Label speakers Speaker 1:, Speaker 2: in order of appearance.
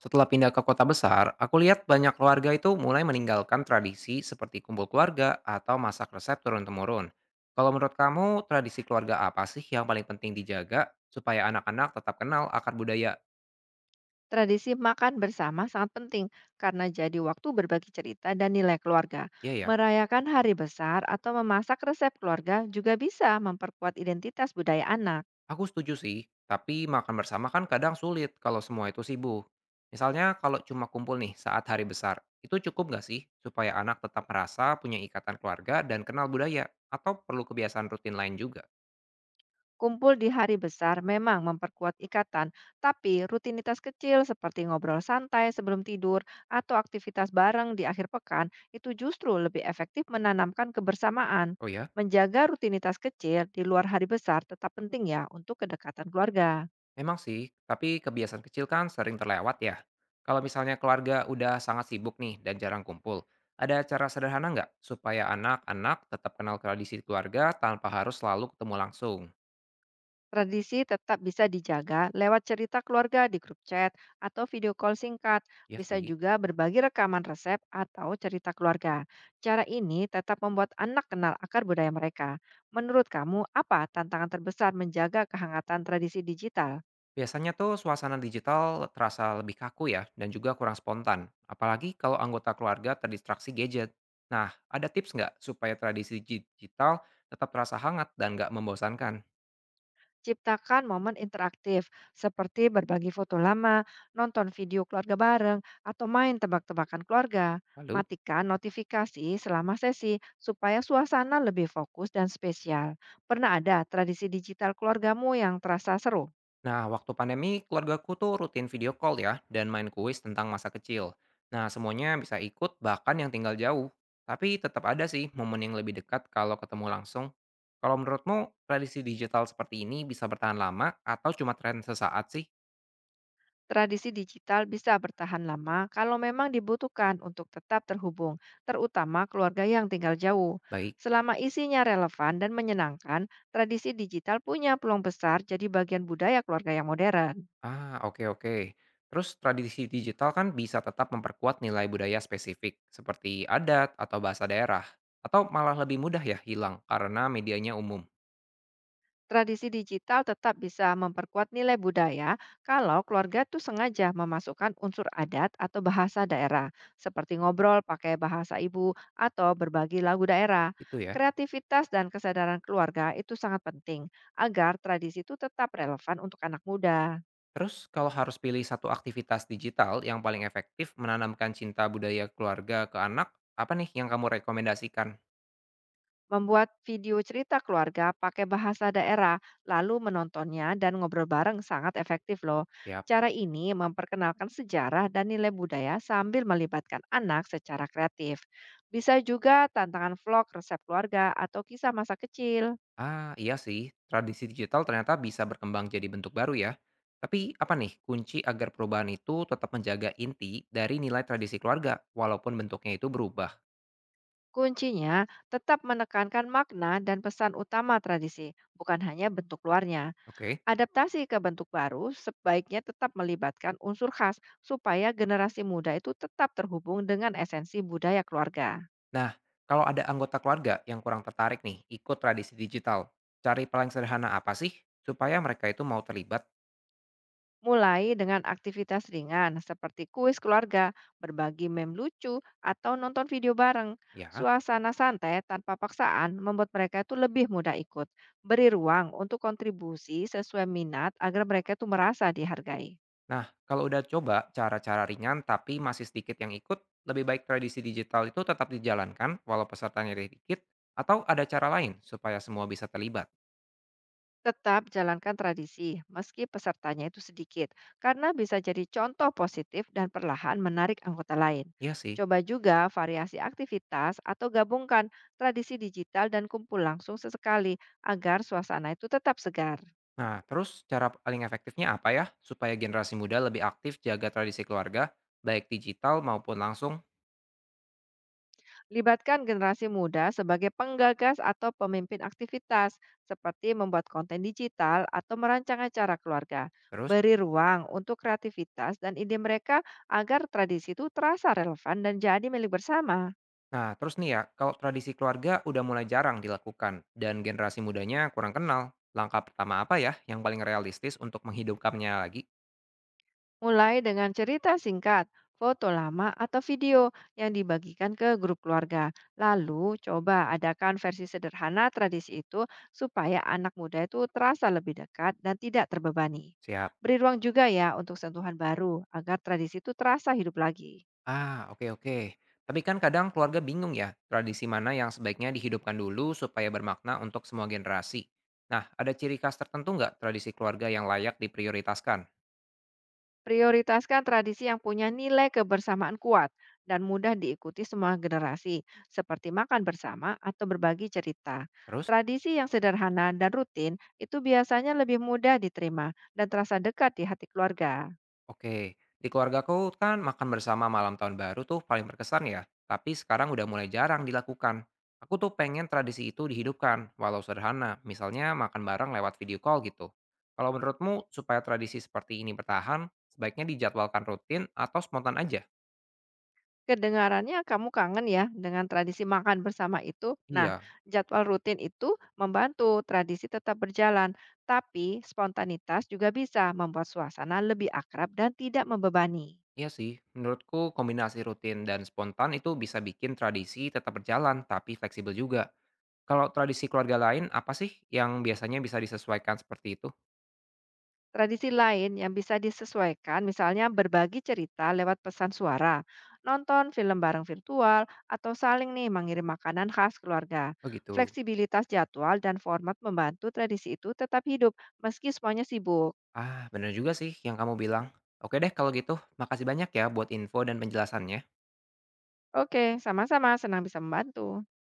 Speaker 1: Setelah pindah ke kota besar, aku lihat banyak keluarga itu mulai meninggalkan tradisi seperti kumpul keluarga atau masak resep turun-temurun. Kalau menurut kamu, tradisi keluarga apa sih yang paling penting dijaga supaya anak-anak tetap kenal akar budaya?
Speaker 2: Tradisi makan bersama sangat penting karena jadi waktu berbagi cerita dan nilai keluarga.
Speaker 1: Iya ya,
Speaker 2: Merayakan hari besar atau memasak resep keluarga juga bisa memperkuat identitas budaya anak.
Speaker 1: aku setuju sih. Tapi makan bersama kan kadang sulit kalau semua itu sibuk. Misalnya kalau cuma kumpul nih saat hari besar, itu cukup nggak sih supaya anak tetap merasa punya ikatan keluarga dan kenal budaya? Atau perlu kebiasaan rutin lain juga?
Speaker 2: Kumpul di hari besar memang memperkuat ikatan, tapi rutinitas kecil seperti ngobrol santai sebelum tidur atau aktivitas bareng di akhir pekan itu justru lebih efektif menanamkan kebersamaan.
Speaker 1: Oh ya?
Speaker 2: Menjaga rutinitas kecil di luar hari besar tetap penting ya untuk kedekatan keluarga.
Speaker 1: Memang sih, tapi kebiasaan kecil kan sering terlewat ya. Kalau misalnya keluarga udah sangat sibuk nih dan jarang kumpul, ada cara sederhana nggak supaya anak-anak tetap kenal tradisi keluarga tanpa harus selalu ketemu langsung?
Speaker 2: Tradisi tetap bisa dijaga lewat cerita keluarga di grup chat atau video call singkat.
Speaker 1: Ya
Speaker 2: Bisa
Speaker 1: sih.
Speaker 2: juga berbagi rekaman resep atau cerita keluarga. Cara ini tetap membuat anak kenal akar budaya mereka. Menurut kamu, apa tantangan terbesar menjaga kehangatan tradisi digital?
Speaker 1: Biasanya tuh suasana digital terasa lebih kaku ya dan juga kurang spontan, apalagi kalau anggota keluarga terdistraksi gadget. Nah, ada tips nggak supaya tradisi digital tetap terasa hangat dan nggak membosankan?
Speaker 2: Ciptakan momen interaktif seperti berbagi foto lama, nonton video keluarga bareng, atau main tebak-tebakan keluarga.
Speaker 1: Lalu?
Speaker 2: Matikan notifikasi selama sesi supaya suasana lebih fokus dan spesial. Pernah ada tradisi digital keluargamu yang terasa seru?
Speaker 1: Nah, waktu pandemi, keluargaku tuh rutin video call ya, dan main kuis tentang masa kecil. Nah, semuanya bisa ikut, bahkan yang tinggal jauh. Tapi tetap ada sih momen yang lebih dekat kalau ketemu langsung. Kalau menurutmu, tradisi digital seperti ini bisa bertahan lama atau cuma tren sesaat sih?
Speaker 2: Tradisi digital bisa bertahan lama kalau memang dibutuhkan untuk tetap terhubung, terutama keluarga yang tinggal jauh.
Speaker 1: Baik.
Speaker 2: Selama isinya relevan dan menyenangkan, tradisi digital punya peluang besar jadi bagian budaya keluarga yang modern.
Speaker 1: Ah, oke oke. Terus tradisi digital kan bisa tetap memperkuat nilai budaya spesifik, seperti adat atau bahasa daerah. Atau malah lebih mudah ya hilang karena medianya umum.
Speaker 2: Tradisi digital tetap bisa memperkuat nilai budaya kalau keluarga tuh sengaja memasukkan unsur adat atau bahasa daerah, seperti ngobrol pakai bahasa ibu atau berbagi lagu daerah.
Speaker 1: Itu ya.
Speaker 2: Kreativitas dan kesadaran keluarga itu sangat penting agar tradisi itu tetap relevan untuk anak muda.
Speaker 1: Terus kalau harus pilih satu aktivitas digital yang paling efektif menanamkan cinta budaya keluarga ke anak, apa nih yang kamu rekomendasikan?
Speaker 2: Membuat video cerita keluarga pakai bahasa daerah, lalu menontonnya dan ngobrol bareng sangat efektif loh.
Speaker 1: Yap.
Speaker 2: Cara ini memperkenalkan sejarah dan nilai budaya sambil melibatkan anak secara kreatif. Bisa juga tantangan vlog resep keluarga atau kisah masa kecil.
Speaker 1: Ah, iya sih, tradisi digital ternyata bisa berkembang jadi bentuk baru ya. Tapi apa nih kunci agar perubahan itu tetap menjaga inti dari nilai tradisi keluarga walaupun bentuknya itu berubah?
Speaker 2: Kuncinya tetap menekankan makna dan pesan utama tradisi, bukan hanya bentuk luarnya.
Speaker 1: Oke.
Speaker 2: Adaptasi ke bentuk baru sebaiknya tetap melibatkan unsur khas supaya generasi muda itu tetap terhubung dengan esensi budaya keluarga.
Speaker 1: Nah, kalau ada anggota keluarga yang kurang tertarik nih ikut tradisi digital, cari paling sederhana apa sih supaya mereka itu mau terlibat?
Speaker 2: Mulai dengan aktivitas ringan seperti kuis keluarga, berbagi meme lucu, atau nonton video bareng.
Speaker 1: Ya.
Speaker 2: Suasana santai tanpa paksaan membuat mereka itu lebih mudah ikut. Beri ruang untuk kontribusi sesuai minat agar mereka itu merasa dihargai.
Speaker 1: Nah, kalau udah coba cara-cara ringan tapi masih sedikit yang ikut, lebih baik tradisi digital itu tetap dijalankan walau pesertanya dikit, atau ada cara lain supaya semua bisa terlibat?
Speaker 2: Tetap jalankan tradisi, meski pesertanya itu sedikit, karena bisa jadi contoh positif dan perlahan menarik anggota lain.
Speaker 1: Iya sih.
Speaker 2: Coba juga variasi aktivitas atau gabungkan tradisi digital dan kumpul langsung sesekali agar suasana itu tetap segar.
Speaker 1: Nah, terus cara paling efektifnya apa ya supaya generasi muda lebih aktif jaga tradisi keluarga, baik digital maupun langsung?
Speaker 2: Libatkan generasi muda sebagai penggagas atau pemimpin aktivitas, seperti membuat konten digital atau merancang acara keluarga.
Speaker 1: Terus?
Speaker 2: Beri ruang untuk kreativitas dan ide mereka agar tradisi itu terasa relevan dan jadi milik bersama.
Speaker 1: Nah, terus nih ya, kalau tradisi keluarga udah mulai jarang dilakukan dan generasi mudanya kurang kenal, langkah pertama apa ya yang paling realistis untuk menghidupkannya lagi?
Speaker 2: Mulai dengan cerita singkat, foto lama, atau video yang dibagikan ke grup keluarga. Lalu, coba adakan versi sederhana tradisi itu supaya anak muda itu terasa lebih dekat dan tidak terbebani.
Speaker 1: Siap.
Speaker 2: Beri ruang juga ya untuk sentuhan baru agar tradisi itu terasa hidup lagi.
Speaker 1: Ah, oke oke. Tapi kan kadang keluarga bingung ya, tradisi mana yang sebaiknya dihidupkan dulu supaya bermakna untuk semua generasi. Nah, ada ciri khas tertentu nggak tradisi keluarga yang layak diprioritaskan?
Speaker 2: Prioritaskan tradisi yang punya nilai kebersamaan kuat dan mudah diikuti semua generasi, seperti makan bersama atau berbagi cerita.
Speaker 1: Terus,
Speaker 2: Tradisi yang sederhana dan rutin itu biasanya lebih mudah diterima dan terasa dekat di hati keluarga.
Speaker 1: oke, di keluargaku kan makan bersama malam tahun baru tuh paling berkesan ya, tapi sekarang udah mulai jarang dilakukan. Aku tuh pengen tradisi itu dihidupkan, walau sederhana, misalnya makan bareng lewat video call gitu. Kalau menurutmu, supaya tradisi seperti ini bertahan, sebaiknya dijadwalkan rutin atau spontan aja?
Speaker 2: Kedengarannya kamu kangen ya dengan tradisi makan bersama itu. Nah,
Speaker 1: Iya,
Speaker 2: jadwal rutin itu membantu tradisi tetap berjalan, tapi spontanitas juga bisa membuat suasana lebih akrab dan tidak membebani.
Speaker 1: Iya sih, menurutku kombinasi rutin dan spontan itu bisa bikin tradisi tetap berjalan, tapi fleksibel juga. Kalau tradisi keluarga lain, apa sih yang biasanya bisa disesuaikan seperti itu?
Speaker 2: Tradisi lain yang bisa disesuaikan misalnya berbagi cerita lewat pesan suara, nonton film bareng virtual, atau saling nih mengirim makanan khas keluarga.
Speaker 1: Oh gitu.
Speaker 2: Fleksibilitas jadwal dan format membantu tradisi itu tetap hidup meski semuanya sibuk.
Speaker 1: Ah, bener juga sih yang kamu bilang. Oke deh kalau gitu, makasih banyak ya buat info dan penjelasannya.
Speaker 2: Oke, sama-sama senang bisa membantu.